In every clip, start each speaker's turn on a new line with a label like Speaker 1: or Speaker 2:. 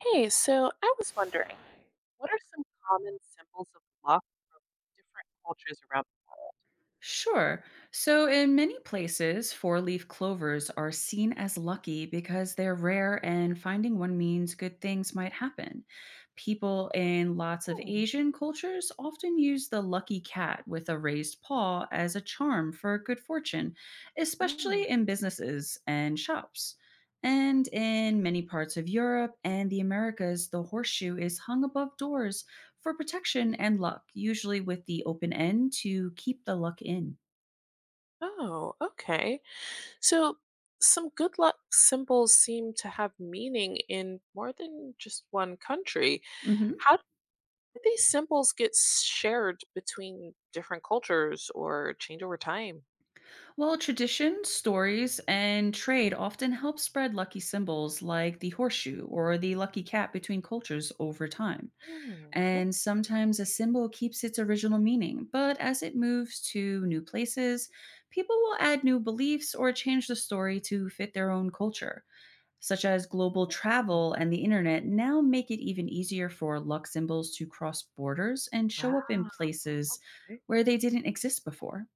Speaker 1: Hey, so I was wondering, what are some common symbols of luck in different cultures around?
Speaker 2: Sure. So, in many places, four leaf clovers are seen as lucky because they're rare and finding one means good things might happen. People in lots of Asian cultures often use the lucky cat with a raised paw as a charm for good fortune,
Speaker 1: Mm.
Speaker 2: especially in businesses and shops. And in many parts of Europe and the Americas, the horseshoe is hung above doors for protection and luck, usually with the open end to keep the luck in.
Speaker 1: Oh, okay. So some good luck symbols seem to have meaning in more than just one country.
Speaker 2: Hmm.
Speaker 1: How do these symbols get shared between different cultures or change over time?
Speaker 2: Well, tradition, stories, and trade often help spread lucky symbols like the horseshoe or the lucky cat between cultures over time.
Speaker 1: Mm.
Speaker 2: And sometimes a symbol keeps its original meaning, but as it moves to new places, people will add new beliefs or change the story to fit their own culture. Such as global
Speaker 1: Okay.
Speaker 2: travel and the internet, now make it even easier for luck symbols to cross borders and show up in
Speaker 1: Wow.
Speaker 2: places where they didn't exist before.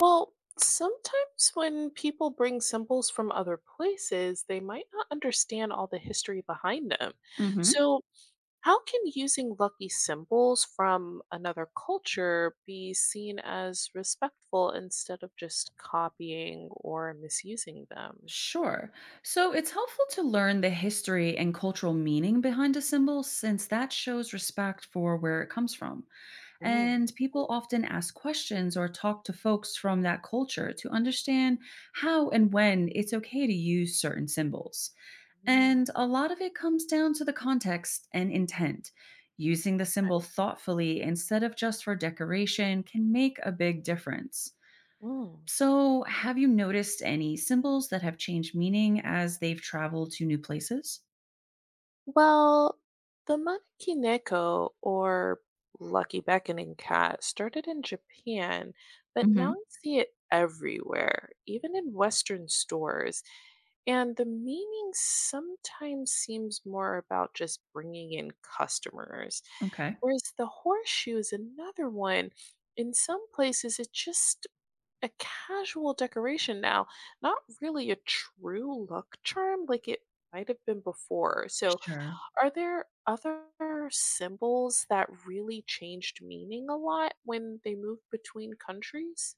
Speaker 1: Well, sometimes when people bring symbols from other places, they might not understand all the history behind them.
Speaker 2: Hmm.
Speaker 1: So, how can using lucky symbols from another culture be seen as respectful instead of just copying or misusing them?
Speaker 2: Sure. So it's helpful to learn the history and cultural meaning behind a symbol since that shows respect for where it comes from.
Speaker 1: Mm,
Speaker 2: And people
Speaker 1: mm.
Speaker 2: often ask questions or talk to folks from that culture to understand how and when it's okay to use certain symbols.
Speaker 1: Mm, mm,
Speaker 2: And a lot of it comes down to the context and intent. Using the symbol
Speaker 1: okay.
Speaker 2: thoughtfully instead of just for decoration can make a big difference.
Speaker 1: Mm.
Speaker 2: So, have you noticed any symbols that have changed meaning as they've traveled to new places?
Speaker 1: Well, the Maneki Neko or Lucky Beckoning Cat started in Japan, but now
Speaker 2: Hmm.
Speaker 1: I see it everywhere, even in Western stores. And the meaning sometimes seems more about just bringing in customers.
Speaker 2: Okay.
Speaker 1: Whereas the horseshoe is another one. In some places, it's just a casual decoration now, not really a true luck charm like it might have been before. So,
Speaker 2: Sure.
Speaker 1: are there other symbols that really changed meaning a lot when they moved between countries?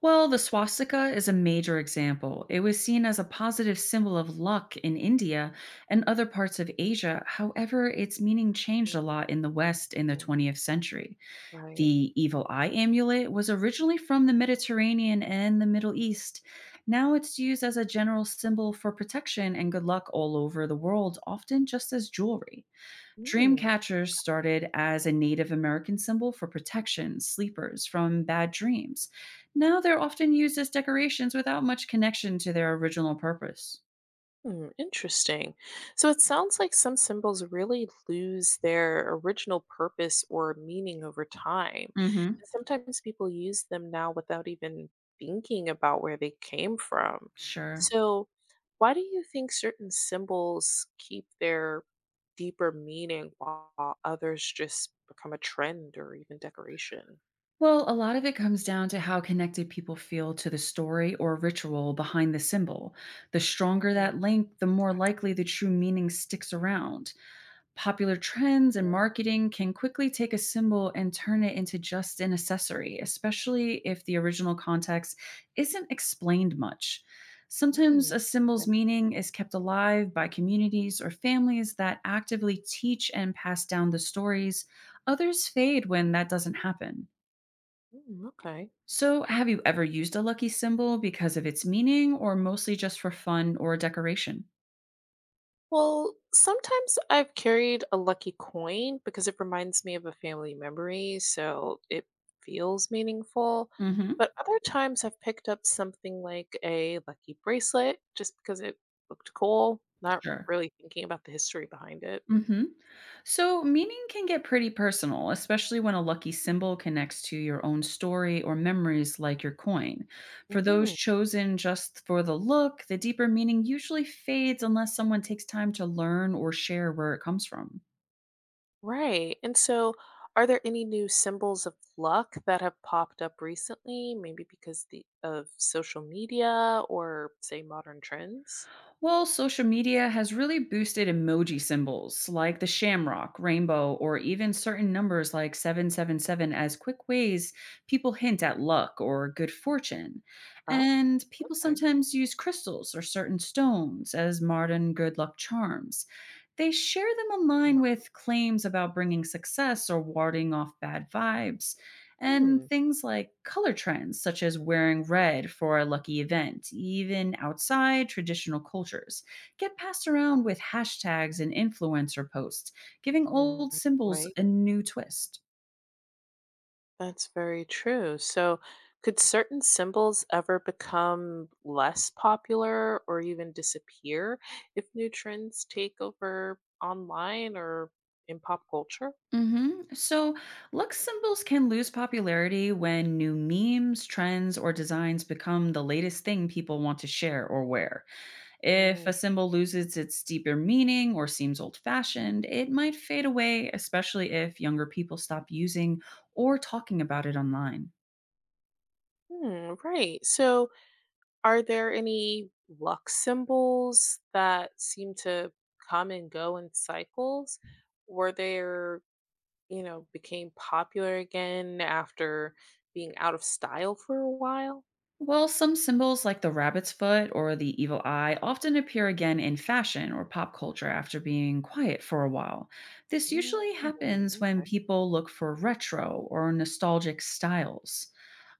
Speaker 2: Well, the swastika is a major example. It was seen as a positive symbol of luck in India and other parts of Asia. However, its meaning changed a lot in the West in the
Speaker 1: Mhm.
Speaker 2: 20th century.
Speaker 1: Right.
Speaker 2: The evil eye amulet was originally from the Mediterranean and the Middle East. Now it's used as a general symbol for protection and good luck all over the world, often just as jewelry. Dream
Speaker 1: Hmm.
Speaker 2: catchers started as a Native American symbol for protection, sleepers from bad dreams. Now they're often used as decorations without much connection to their original purpose.
Speaker 1: Hmm, interesting. So it sounds like some symbols really lose their original purpose or meaning over time.
Speaker 2: Mhm.
Speaker 1: And sometimes people use them now without even thinking about where they came from.
Speaker 2: Sure.
Speaker 1: So, why do you think certain symbols keep their deeper meaning while others just become a trend or even decoration?
Speaker 2: Well, a lot of it comes down to how connected people feel to the story or ritual behind the symbol. The stronger
Speaker 1: Mm,
Speaker 2: that link, the more likely the true meaning sticks around. Popular trends and
Speaker 1: right.
Speaker 2: marketing can quickly take a symbol and turn it into just an accessory, especially if the original context isn't explained much. Sometimes
Speaker 1: Mm,
Speaker 2: a symbol's
Speaker 1: okay.
Speaker 2: meaning is kept alive by communities or families that actively teach and pass down the stories. Others fade when that doesn't happen.
Speaker 1: Mm, okay.
Speaker 2: So, have you ever used a lucky symbol because of its meaning or mostly just for fun or decoration?
Speaker 1: Well, sometimes I've carried a lucky coin because it reminds me of a family memory, so it feels meaningful.
Speaker 2: Hmm.
Speaker 1: But other times I've picked up something like a lucky bracelet just because it looked cool, not
Speaker 2: Sure.
Speaker 1: really thinking about the history behind it.
Speaker 2: Hmm. So, meaning can get pretty personal, especially when a lucky symbol connects to your own story or memories like your coin. For those
Speaker 1: Hmm.
Speaker 2: chosen just for the look, the deeper meaning usually fades unless someone takes time to learn or share where it comes from.
Speaker 1: Right. And so, are there any new symbols of luck that have popped up recently, maybe because the of social media or say modern trends?
Speaker 2: Well, social media has really boosted emoji symbols like the shamrock, rainbow, or even certain numbers like 777 as quick ways people hint at luck or good fortune.
Speaker 1: Oh,
Speaker 2: And people
Speaker 1: okay.
Speaker 2: sometimes use crystals or certain stones as modern good luck charms. They share them online with claims about bringing success or warding off bad vibes and
Speaker 1: Hmm.
Speaker 2: things like color trends, such as wearing red for a lucky event, even outside traditional cultures, get passed around with hashtags and influencer posts, giving old
Speaker 1: Mhm.
Speaker 2: symbols
Speaker 1: Right.
Speaker 2: a new twist.
Speaker 1: That's very true. So, could certain symbols ever become less popular or even disappear if new trends take over online or in pop culture?
Speaker 2: Hmm. So, luck symbols can lose popularity when new memes, trends, or designs become the latest thing people want to share or wear. If
Speaker 1: Mm.
Speaker 2: a symbol loses its deeper meaning or seems old fashioned, it might fade away, especially if younger people stop using or talking about it online.
Speaker 1: Hmm, right. So, are there any luck symbols that seem to come and go in cycles? Were there, became popular again after being out of style for a while?
Speaker 2: Well, some symbols like the rabbit's foot or the evil eye often appear again in fashion or pop culture after being quiet for a while. This
Speaker 1: Mm,
Speaker 2: usually happens when
Speaker 1: okay.
Speaker 2: people look for retro or nostalgic styles.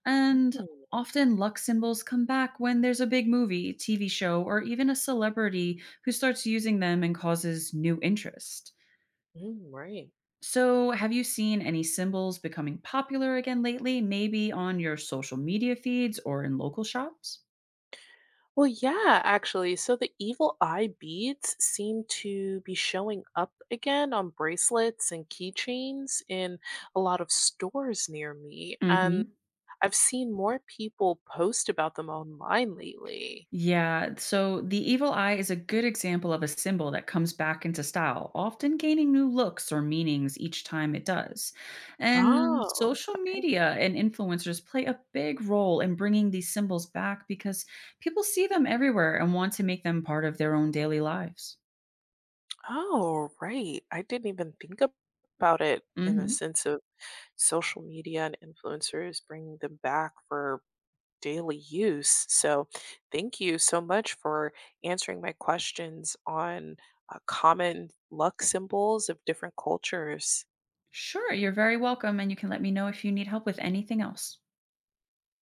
Speaker 2: And
Speaker 1: Mm,
Speaker 2: often luck symbols come back when there's a big movie, TV show, or even a celebrity who starts using them and causes new interest.
Speaker 1: mm, right.
Speaker 2: So, have you seen any symbols becoming popular again lately, maybe on your social media feeds or in local shops?
Speaker 1: Well, yeah, actually. So the evil eye beads seem to be showing up again on bracelets and keychains in a lot of stores near me. And
Speaker 2: Mhm.
Speaker 1: I've seen more people post about them online lately.
Speaker 2: Yeah, so the evil eye is a good example of a symbol that comes back into style, often gaining new looks or meanings each time it does. And
Speaker 1: Oh,
Speaker 2: social media and influencers play a big role in bringing these symbols back because people see them everywhere and want to make them part of their own daily lives.
Speaker 1: oh, right. I didn't even think about it in the
Speaker 2: Mhm.
Speaker 1: sense of social media and influencers bringing them back for daily use. So, thank you so much for answering my questions on common luck symbols of different cultures.
Speaker 2: Sure, you're very welcome and you can let me know if you need help with anything else.